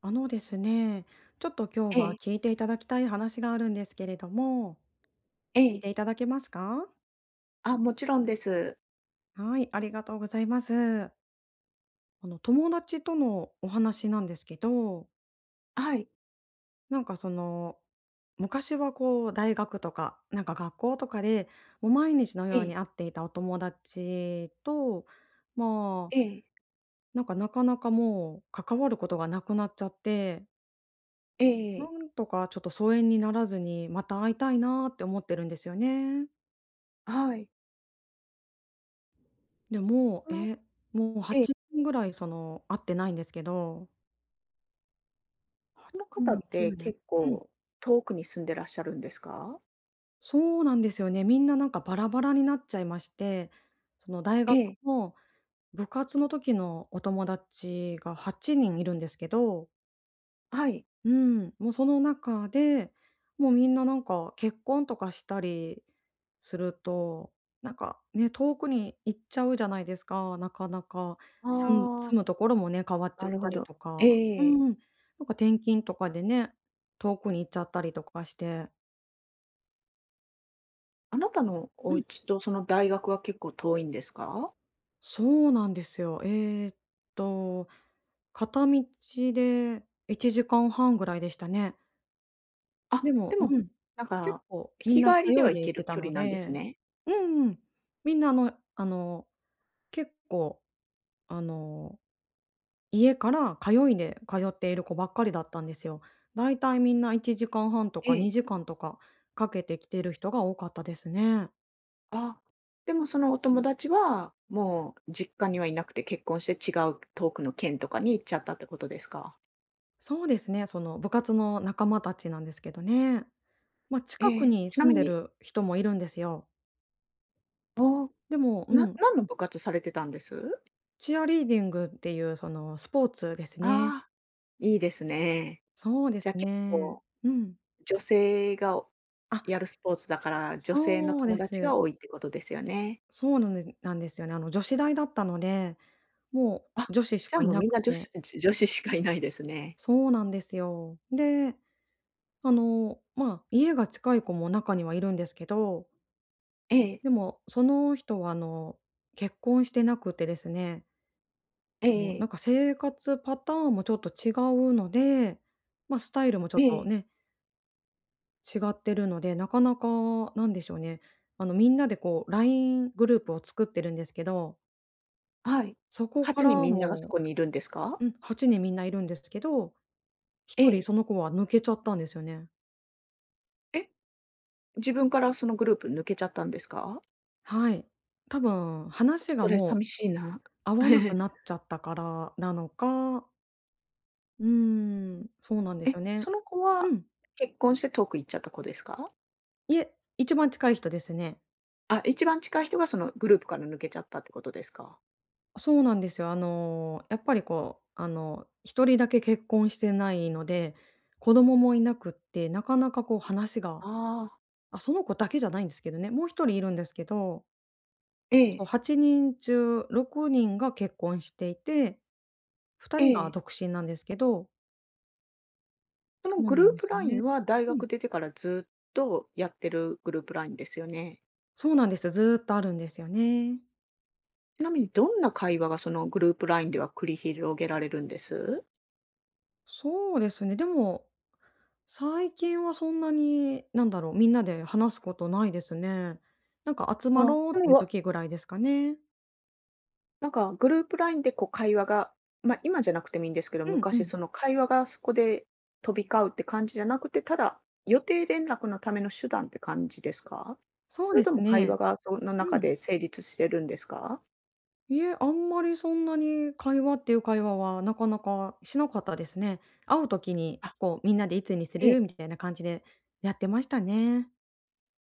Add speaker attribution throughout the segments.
Speaker 1: あのですね、ちょっと今日
Speaker 2: え
Speaker 1: は
Speaker 2: え、
Speaker 1: 聞いていただきたい話があるんですけれども、
Speaker 2: え
Speaker 1: 聞い
Speaker 2: え。
Speaker 1: ていただけますか？
Speaker 2: あ、もちろんです。
Speaker 1: はい、ありがとうございます。あの、友達とのお話なんですけど、
Speaker 2: はい。
Speaker 1: なんかその、昔はこう大学とか、なんか学校とかで、もう毎日の
Speaker 2: え
Speaker 1: ように
Speaker 2: え、
Speaker 1: 会っていたお友達と、まあ、
Speaker 2: ええ、
Speaker 1: なんかなかなかもう関わることがなくなっちゃって、
Speaker 2: え
Speaker 1: な
Speaker 2: え、
Speaker 1: んとかちょっと疎遠にならずに、また会いたいなーって思ってるんですよね。
Speaker 2: はい。
Speaker 1: で、も
Speaker 2: こ
Speaker 1: う、
Speaker 2: の
Speaker 1: もう
Speaker 2: ええ、
Speaker 1: 8年ぐらいその、会ってないんですけど。
Speaker 2: この
Speaker 1: う
Speaker 2: 方
Speaker 1: ん。
Speaker 2: って
Speaker 1: 9年。
Speaker 2: 結
Speaker 1: うん、
Speaker 2: 構遠くに住んでらっしゃるんですか？
Speaker 1: そうなんですよね。みんななんかバラバラになっちゃいまして、その大
Speaker 2: え
Speaker 1: 学
Speaker 2: え、
Speaker 1: も部活の時のお友達が8人いるんですけど。
Speaker 2: はい。
Speaker 1: うん、もうその中で、もうみんななんか結婚とかしたりすると、なんかね、遠くに行っちゃうじゃないですか、なかなか。
Speaker 2: あ
Speaker 1: 住ん
Speaker 2: あ、
Speaker 1: 住むところもね、変わっち
Speaker 2: な
Speaker 1: ゃっ
Speaker 2: る
Speaker 1: た
Speaker 2: ほ
Speaker 1: り
Speaker 2: ど。
Speaker 1: とか。う
Speaker 2: え
Speaker 1: ん、
Speaker 2: え。
Speaker 1: なんか転勤とかでね、遠くに行っちゃったりとかして。
Speaker 2: あなたのお
Speaker 1: うん、
Speaker 2: 家とその大学は結構遠いんですか？
Speaker 1: そうなんですよ。ーっと、片道で1時間半ぐらいでしたね。
Speaker 2: あ、
Speaker 1: で
Speaker 2: で
Speaker 1: も
Speaker 2: も、
Speaker 1: うん。
Speaker 2: なん
Speaker 1: 結
Speaker 2: か、
Speaker 1: 構みん
Speaker 2: 日
Speaker 1: な
Speaker 2: 帰りで
Speaker 1: 通
Speaker 2: は
Speaker 1: い
Speaker 2: 行
Speaker 1: で
Speaker 2: け
Speaker 1: 行って
Speaker 2: る
Speaker 1: た
Speaker 2: 距離
Speaker 1: の
Speaker 2: なんです
Speaker 1: で。
Speaker 2: ね。
Speaker 1: うんうん。みんなあの、結構あの、家から通いで通っている子ばっかりだったんですよ。だいたいみんな1時間半と
Speaker 2: え
Speaker 1: か
Speaker 2: え。
Speaker 1: 2時間とかかけて来てる人が多かったですね。
Speaker 2: あ、でもそのお友達は、もう実家にはいなくて結婚して違う遠くの県とかに行っちゃったってことですか？
Speaker 1: そうですね、その部活の仲間たちなんですけどね。まあ、
Speaker 2: え
Speaker 1: 近く
Speaker 2: え、
Speaker 1: に
Speaker 2: ちな
Speaker 1: 住ん
Speaker 2: み
Speaker 1: で
Speaker 2: に
Speaker 1: る人もいるんですよ。
Speaker 2: お
Speaker 1: でも、うん、
Speaker 2: 何の部活されてたんです？
Speaker 1: チアリーディングっていうそのスポーツですね。
Speaker 2: ああ、いいですね。
Speaker 1: そうで
Speaker 2: じ
Speaker 1: す
Speaker 2: ゃ、結
Speaker 1: ね。
Speaker 2: 構
Speaker 1: うん。
Speaker 2: 女性が
Speaker 1: あ、
Speaker 2: やるスポーツだから、女性の
Speaker 1: そう
Speaker 2: 友
Speaker 1: で
Speaker 2: 達が
Speaker 1: す。
Speaker 2: 多いってことですよね。
Speaker 1: そうなんでなんですよね。あの、女子大だったので、も
Speaker 2: あ、
Speaker 1: う女子し
Speaker 2: じゃあ
Speaker 1: かい
Speaker 2: もう
Speaker 1: な
Speaker 2: みん
Speaker 1: く
Speaker 2: な女
Speaker 1: て。
Speaker 2: 子 女子しかいないですね。
Speaker 1: そうなんですよ。で、あの、まあ、家が近い子も中にはいるんですけど、
Speaker 2: ええ、
Speaker 1: でもその人はあの、結婚してなくてですね、
Speaker 2: え
Speaker 1: あ
Speaker 2: え
Speaker 1: の、
Speaker 2: え
Speaker 1: な
Speaker 2: え、
Speaker 1: んか生活パターンもちょっと違うので、まあ、スタイルもちょ
Speaker 2: え
Speaker 1: っと
Speaker 2: え
Speaker 1: ね、違ってるので、なかなかなんでしょうね、あの、みんなでこう LINE グループを作ってるんですけど、
Speaker 2: はい。
Speaker 1: そこか
Speaker 2: 8人
Speaker 1: ら
Speaker 2: みんながそ
Speaker 1: も、
Speaker 2: こにいるんですか？
Speaker 1: うん、8人みんないるんですけど、
Speaker 2: え
Speaker 1: 一人
Speaker 2: え。
Speaker 1: その子は抜けちゃったんですよね。
Speaker 2: え？自分からそのグループ抜けちゃったんですか？
Speaker 1: はい。多分
Speaker 2: ちょ
Speaker 1: 話
Speaker 2: っと
Speaker 1: が
Speaker 2: それ
Speaker 1: もう
Speaker 2: 寂しいな。
Speaker 1: 合 わな
Speaker 2: え
Speaker 1: く
Speaker 2: え、
Speaker 1: なっちゃったからなのか、うーん、そうなんです
Speaker 2: え
Speaker 1: よね。
Speaker 2: その子
Speaker 1: う
Speaker 2: は
Speaker 1: ん。
Speaker 2: 結婚して遠く行っちゃった子ですか？
Speaker 1: いえ、一番近い人ですね。
Speaker 2: あ、一番近い人がそのグループから抜けちゃったってことですか？
Speaker 1: そうなんですよ。あの、やっぱりこう、あの、一人だけ結婚してないので、子供もいなくって、なかなかこう話が
Speaker 2: ああ、
Speaker 1: あ、その子だけじゃないんですけどね、もう一人いるんですけど、
Speaker 2: ええ、
Speaker 1: そう8人中6人が結婚していて2
Speaker 2: え
Speaker 1: 人が
Speaker 2: え。
Speaker 1: 独身なんですけど。
Speaker 2: その
Speaker 1: そう
Speaker 2: グル
Speaker 1: なんで
Speaker 2: ープ
Speaker 1: すよ
Speaker 2: ライ
Speaker 1: ね。
Speaker 2: ンは大
Speaker 1: うん。
Speaker 2: 学出てからずっとやってるグループラインですよね。
Speaker 1: そうなんです。ずっとあるんですよね。
Speaker 2: ちなみにどんな会話がそのグループラインでは繰り広げられるんです？
Speaker 1: そうですね、でも、最近はそんなに、なんだろう、みんなで話すことないですね。なんか集ま
Speaker 2: あ、
Speaker 1: ろう
Speaker 2: そ
Speaker 1: って
Speaker 2: の
Speaker 1: いう
Speaker 2: わ
Speaker 1: 時ぐらいですかね。
Speaker 2: なんかグループラインでこう会話が、ま、今じゃなくてもいいんですけど、
Speaker 1: うんう
Speaker 2: 昔
Speaker 1: ん。
Speaker 2: その会話がそこで飛び交うって感じじゃなくて、ただ予定連絡のための手段って感じですか？
Speaker 1: そう
Speaker 2: それ
Speaker 1: で
Speaker 2: と
Speaker 1: す
Speaker 2: も会
Speaker 1: ね。
Speaker 2: 話がその
Speaker 1: う
Speaker 2: 中
Speaker 1: ん。
Speaker 2: で成立してるんですか？
Speaker 1: いえ、あんまりそんなに会話っていう会話はなかなかしなかったですね。会う時に、
Speaker 2: あ、
Speaker 1: こうみんなでいつにす
Speaker 2: ええ。
Speaker 1: るみたいな感じでやってましたね。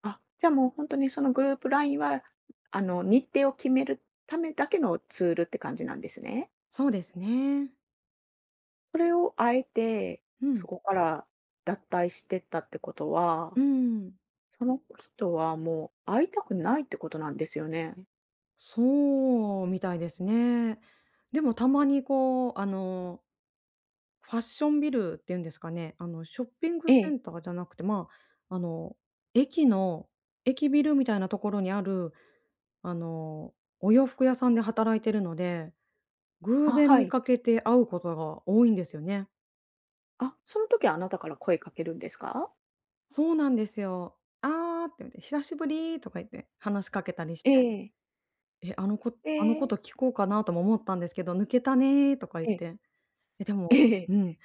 Speaker 2: あ、じゃあもう本当にそのグループラインは、あの、日程を決めるためだけのツールって感じなんですね。
Speaker 1: そうですね。
Speaker 2: それをあえて、
Speaker 1: う
Speaker 2: そ
Speaker 1: ん。
Speaker 2: こから脱退してったってことは、
Speaker 1: うん。
Speaker 2: その人はもう会いたくないってことなんですよね。
Speaker 1: そうみたいですね。でもたまにこう、あの、ファッションビルっていうんですかね、あの、ショッピング
Speaker 2: え
Speaker 1: セ
Speaker 2: え。
Speaker 1: ンターじゃなくて、まあ、あの、駅の駅ビルみたいなところにある、あの、お洋服屋さんで働いてるので、偶
Speaker 2: あ、
Speaker 1: 然
Speaker 2: は
Speaker 1: 見
Speaker 2: い。
Speaker 1: かけて会うことが多いんですよね。
Speaker 2: あ、その時はあなたから声かけるんですか？
Speaker 1: そうなんですよ。「ああ」って言って「久しぶり」とか言って話しかけたりし
Speaker 2: え
Speaker 1: て、
Speaker 2: え。
Speaker 1: 「え、あのこ
Speaker 2: え
Speaker 1: あのこ
Speaker 2: え。
Speaker 1: と聞こうかな」とも思ったんですけど「抜けたね」とか言っ
Speaker 2: ええ。
Speaker 1: て。え、で
Speaker 2: え
Speaker 1: も
Speaker 2: え。
Speaker 1: うん。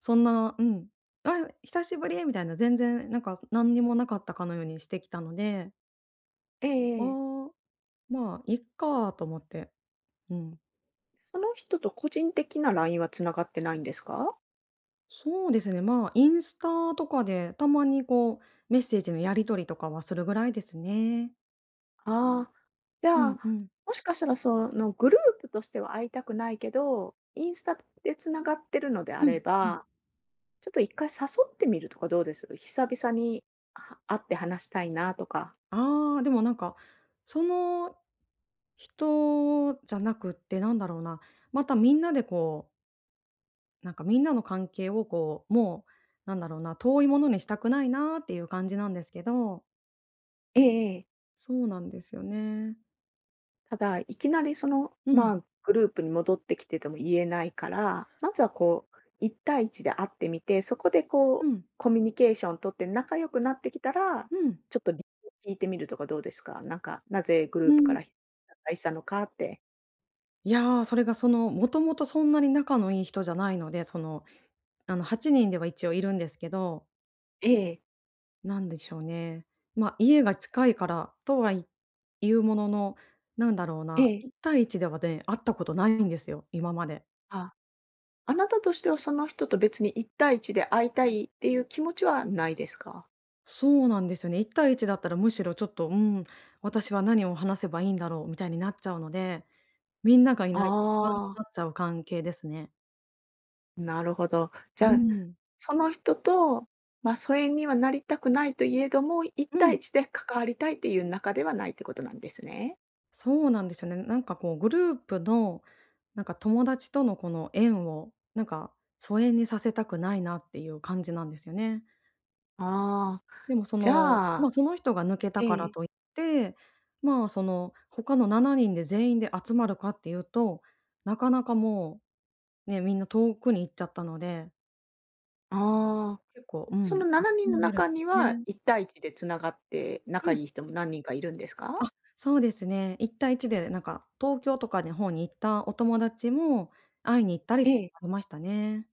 Speaker 1: そんな、うん。あ、久しぶりみたいな、全然なんか何にもなかったかのようにしてきたので、
Speaker 2: えええええええ
Speaker 1: あ
Speaker 2: えええ
Speaker 1: あ、まあ、いっかと思って。うん。
Speaker 2: その人と個人的な LINE はつながってないんですか？
Speaker 1: そうですね、まあ、インスタとかでたまにこう、メッセージのやり取りとかはするぐらいですね。
Speaker 2: ああ。じ
Speaker 1: う
Speaker 2: ゃあ、
Speaker 1: んうん。
Speaker 2: もしかしたらそのグループとしては会いたくないけど、インスタでつながってるのであ
Speaker 1: うん、
Speaker 2: れ
Speaker 1: うん。
Speaker 2: ば、ちょっと一回誘ってみるとかどうです？久々に会って話したいなとか。
Speaker 1: ああ、でもなんか、その人じゃなくって、なんだろうな、またみんなでこう、なんかみんなの関係をこう、もうなんだろうな、遠いものにしたくないなっていう感じなんですけど、
Speaker 2: ええええ。
Speaker 1: そうなんですよね。
Speaker 2: ただ、いきなりその、
Speaker 1: うん、
Speaker 2: まあ、グループに戻ってきてても言えないから、まずはこう、一対一で会ってみて、そこで
Speaker 1: う
Speaker 2: こう、
Speaker 1: ん、
Speaker 2: コミュニケーション取って仲良くなってきたら、
Speaker 1: うん、
Speaker 2: ちょっと理由を聞いてみるとかどうですか？なんか、なぜグル
Speaker 1: う
Speaker 2: ープか
Speaker 1: ん。
Speaker 2: ら脱退したのかって。
Speaker 1: いや、それがその、もともとそんなに仲のいい人じゃないので、その、あの8人では一応いるんですけど、
Speaker 2: ええ、
Speaker 1: なんでしょうね、ま、あ家が近いからとはいうものの、なんだろう
Speaker 2: え
Speaker 1: な、一
Speaker 2: え。
Speaker 1: 対一ではね、会ったことないんですよ、今まで。
Speaker 2: あ、あなたとしてはその人と別に一対一で会いたいっていう気持ちはないですか？
Speaker 1: そうなんですよね。1対1だったらむしろちょっと、うん、私は何を話せばいいんだろうみたいになっちゃうので、みんながい
Speaker 2: あ
Speaker 1: ないと不安になっ
Speaker 2: あ。
Speaker 1: ちゃう関係ですね。
Speaker 2: なるほど。じ
Speaker 1: う
Speaker 2: ゃあ、
Speaker 1: ん。
Speaker 2: その人と、ま、疎遠にはなりたくないといえども、一
Speaker 1: う
Speaker 2: 対
Speaker 1: ん。
Speaker 2: 一で関わりたいっていう仲ではないってことなんですね。
Speaker 1: そうなんですよね。なんかこうグループの、なんか友達とのこの縁を、なんか疎遠にさせたくないなっていう感じなんですよね。
Speaker 2: ああ、
Speaker 1: でもそ
Speaker 2: じ
Speaker 1: の、
Speaker 2: ゃ
Speaker 1: ま
Speaker 2: あ
Speaker 1: あ、その人が抜けた
Speaker 2: え
Speaker 1: から
Speaker 2: え、
Speaker 1: といって、まあ、その他の7人で全員で集まるかっていうと、なかなかもうね、みんな遠くに行っちゃったので、
Speaker 2: ああ、
Speaker 1: 結構、う
Speaker 2: そ
Speaker 1: ん、
Speaker 2: の7
Speaker 1: 集
Speaker 2: 人の
Speaker 1: まれるん
Speaker 2: 中に
Speaker 1: です
Speaker 2: は
Speaker 1: ね。
Speaker 2: 一対一でつながって
Speaker 1: う
Speaker 2: 仲
Speaker 1: ん。
Speaker 2: いい人も何人かいるんですか？
Speaker 1: あ、そうですね。一対一でなんか東京とかの方に行ったお友達も会いに行ったり
Speaker 2: え
Speaker 1: あ
Speaker 2: え。
Speaker 1: りましたね。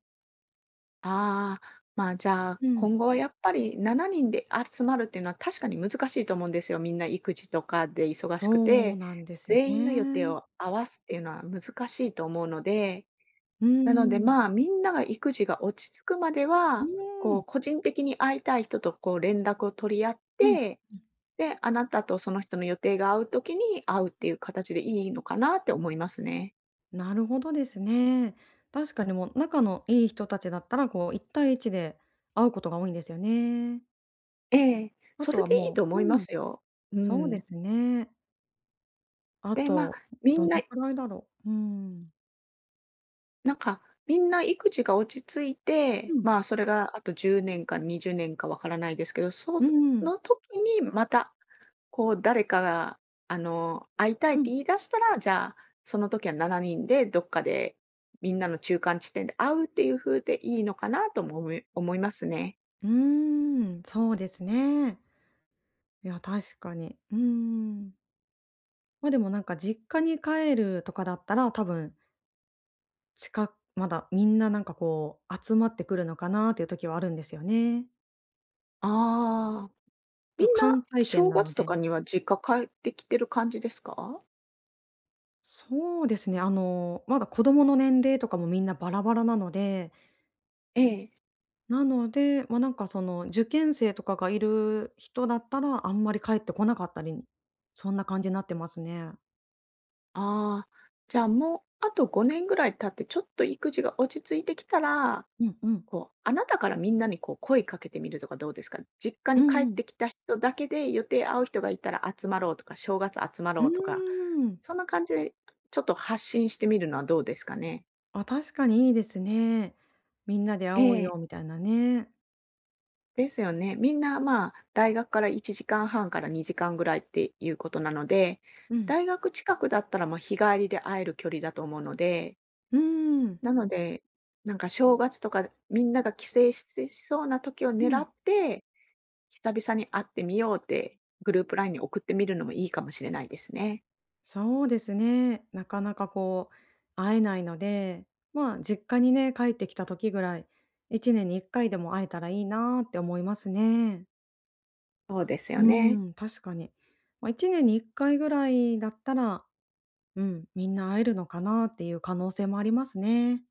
Speaker 2: ああ、まあ、じゃあ、
Speaker 1: うん。
Speaker 2: 今後はやっぱり7人で集まるっていうのは確かに難しいと思うんですよ。みんな育児とかで忙しく
Speaker 1: そう
Speaker 2: て、
Speaker 1: なんですよ
Speaker 2: 全員の予定
Speaker 1: ね。
Speaker 2: を合わすっていうのは難しいと思うので、
Speaker 1: うー
Speaker 2: なので、
Speaker 1: ん。
Speaker 2: まあ、みんなが育児が落ち着くまで
Speaker 1: う
Speaker 2: は、
Speaker 1: ー
Speaker 2: こ
Speaker 1: ん。
Speaker 2: う、個人的に会いたい人とこう連絡を取り合っ
Speaker 1: うん。
Speaker 2: て、で、あなたとその人の予定が合うときに会うっていう形でいいのかなって思いますね。
Speaker 1: なるほどですね。確かにもう仲のいい人たちだったら、こう1対一で会うことが多いんですよね。
Speaker 2: ええ、
Speaker 1: あ
Speaker 2: そ
Speaker 1: と
Speaker 2: れ
Speaker 1: は
Speaker 2: でいい
Speaker 1: も
Speaker 2: と
Speaker 1: う、
Speaker 2: 思いま
Speaker 1: うん、
Speaker 2: すよ。う
Speaker 1: そうで
Speaker 2: ん。
Speaker 1: すね。あ
Speaker 2: で、まあ、
Speaker 1: と、
Speaker 2: み
Speaker 1: ど
Speaker 2: んな
Speaker 1: のくらいだろう。うん。
Speaker 2: なんか、みんな育児が落ち着い
Speaker 1: う
Speaker 2: て、
Speaker 1: ん。
Speaker 2: まあ、それがあと10年か20年かわからないですけど、そ
Speaker 1: うん。
Speaker 2: の時にまた、こう、誰かが、あの、会いたいっ
Speaker 1: う
Speaker 2: て
Speaker 1: ん。
Speaker 2: 言い出したら、じゃあ、その時は7人でどっかで、みんなの中間地点で会うっていう風でいいのかなとも思いますね。
Speaker 1: うーん、そうですね。いや、確かに。うーん。ま、でもなんか実家に帰るとかだったら、多分、近く、まだみんななんかこう集まってくるのかなっていう時はあるんですよね。
Speaker 2: ああ。み
Speaker 1: だ
Speaker 2: ん
Speaker 1: 関
Speaker 2: な
Speaker 1: 西圏
Speaker 2: 正
Speaker 1: なの
Speaker 2: 月と
Speaker 1: で。
Speaker 2: かには実家帰ってきてる感じですか？
Speaker 1: そうですね、あの、まだ子供の年齢とかもみんなバラバラなので
Speaker 2: ええ。
Speaker 1: なので、まあ、なんかその、受験生とかがいる人だったら、あんまり帰ってこなかったり、そんな感じになってますね。
Speaker 2: ああ、じゃあもうあと5年ぐらい経ってちょっと育児が落ち着いてきたら、
Speaker 1: うんうん。
Speaker 2: こう、あなたからみんなにこう声かけてみるとかどうですか？実家
Speaker 1: う
Speaker 2: に帰っ
Speaker 1: んうん。
Speaker 2: てきた人だけで予定合う人がいたら集まろうとか、正月集ま
Speaker 1: う
Speaker 2: ろ
Speaker 1: ー
Speaker 2: うとか、
Speaker 1: ん。
Speaker 2: そんな感じでちょっと発信してみるのはどうですかね？
Speaker 1: あ、確かにいいですね。みんなで会
Speaker 2: え
Speaker 1: おう
Speaker 2: え。
Speaker 1: よみたいなね。
Speaker 2: ですよね。みんな、まあ、大学から1時間半から2時間ぐらいっていうことなので、
Speaker 1: うん。
Speaker 2: 大学近くだったら、まあ、日帰りで会える距離だと思うので
Speaker 1: うーん。
Speaker 2: なので、なんか正月とかみんなが帰省しそうな時を
Speaker 1: う
Speaker 2: 狙
Speaker 1: ん。
Speaker 2: って、久々に会ってみようってグループラインに送ってみるのもいいかもしれないですね。
Speaker 1: そうですね。なかなかこう、会えないので、まあ、実家にね、帰ってきた時ぐらい、1年に1回でも会えたらいいなーって思いますね。
Speaker 2: そうですよ
Speaker 1: う
Speaker 2: ね。
Speaker 1: ん、確かに。まあ、1年に1回ぐらいだったら、うん、みんな会えるのかなっていう可能性もありますね。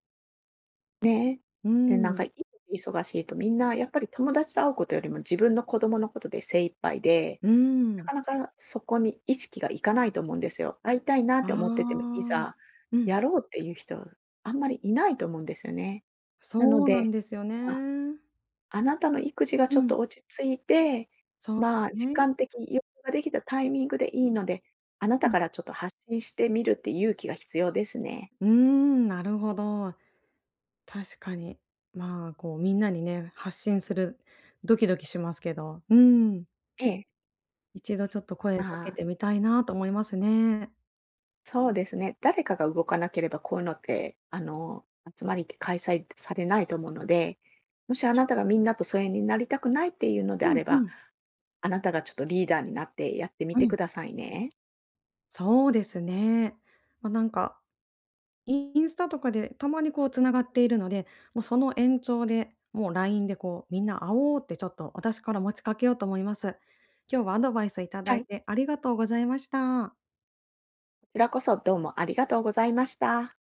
Speaker 1: う
Speaker 2: で、なんか
Speaker 1: ん、
Speaker 2: い忙しいとみんなやっぱり友達と会うことよりも自分の子供のことで精一杯で、
Speaker 1: う
Speaker 2: な
Speaker 1: ん、
Speaker 2: かなかそこに意識がいかないと思うんですよ。会いたいなっ
Speaker 1: あ
Speaker 2: て思ってても、
Speaker 1: あ、
Speaker 2: いざ
Speaker 1: うん、
Speaker 2: やろうっていう人あんまりいないと思うんですよね。なの
Speaker 1: そうな
Speaker 2: で
Speaker 1: んですよね。
Speaker 2: あなたの育児が
Speaker 1: う
Speaker 2: ちょっ
Speaker 1: ん、
Speaker 2: と落ち着いて、
Speaker 1: そうです
Speaker 2: まあ、時
Speaker 1: ね。
Speaker 2: 間的余裕ができたタイミングでいいので、あな
Speaker 1: う
Speaker 2: た
Speaker 1: ん。
Speaker 2: からちょっと発信してみるって勇気が必要ですね。
Speaker 1: うーん、なるほど。確かに。まあ、こうみんなにね、発信するドキドキしますけど、うん、
Speaker 2: ええ。
Speaker 1: 一度ちょっと
Speaker 2: ま
Speaker 1: 声かけ
Speaker 2: あ、
Speaker 1: てみたいなと思いますね。
Speaker 2: そうですね。誰かが動かなければこういうのって、あの、集まりって開催されないと思うので、もしあなたがみんなと疎遠になりたくないっていうので
Speaker 1: う
Speaker 2: あ
Speaker 1: ん
Speaker 2: れ
Speaker 1: う
Speaker 2: ば、
Speaker 1: ん、
Speaker 2: あなたがちょっとリーダーになってやってみ
Speaker 1: う
Speaker 2: て
Speaker 1: ん。
Speaker 2: くださいね。
Speaker 1: そうですね。まあ、なんか、インスタとかでたまにこうつながっているので、もうその延長で、もう LINE でこう「みんな会おう」ってちょっと私から持ちかけようと思います。今日はアドバイスいただ
Speaker 2: は
Speaker 1: い
Speaker 2: い。
Speaker 1: てありがとうございました。
Speaker 2: こちらこそどうもありがとうございました。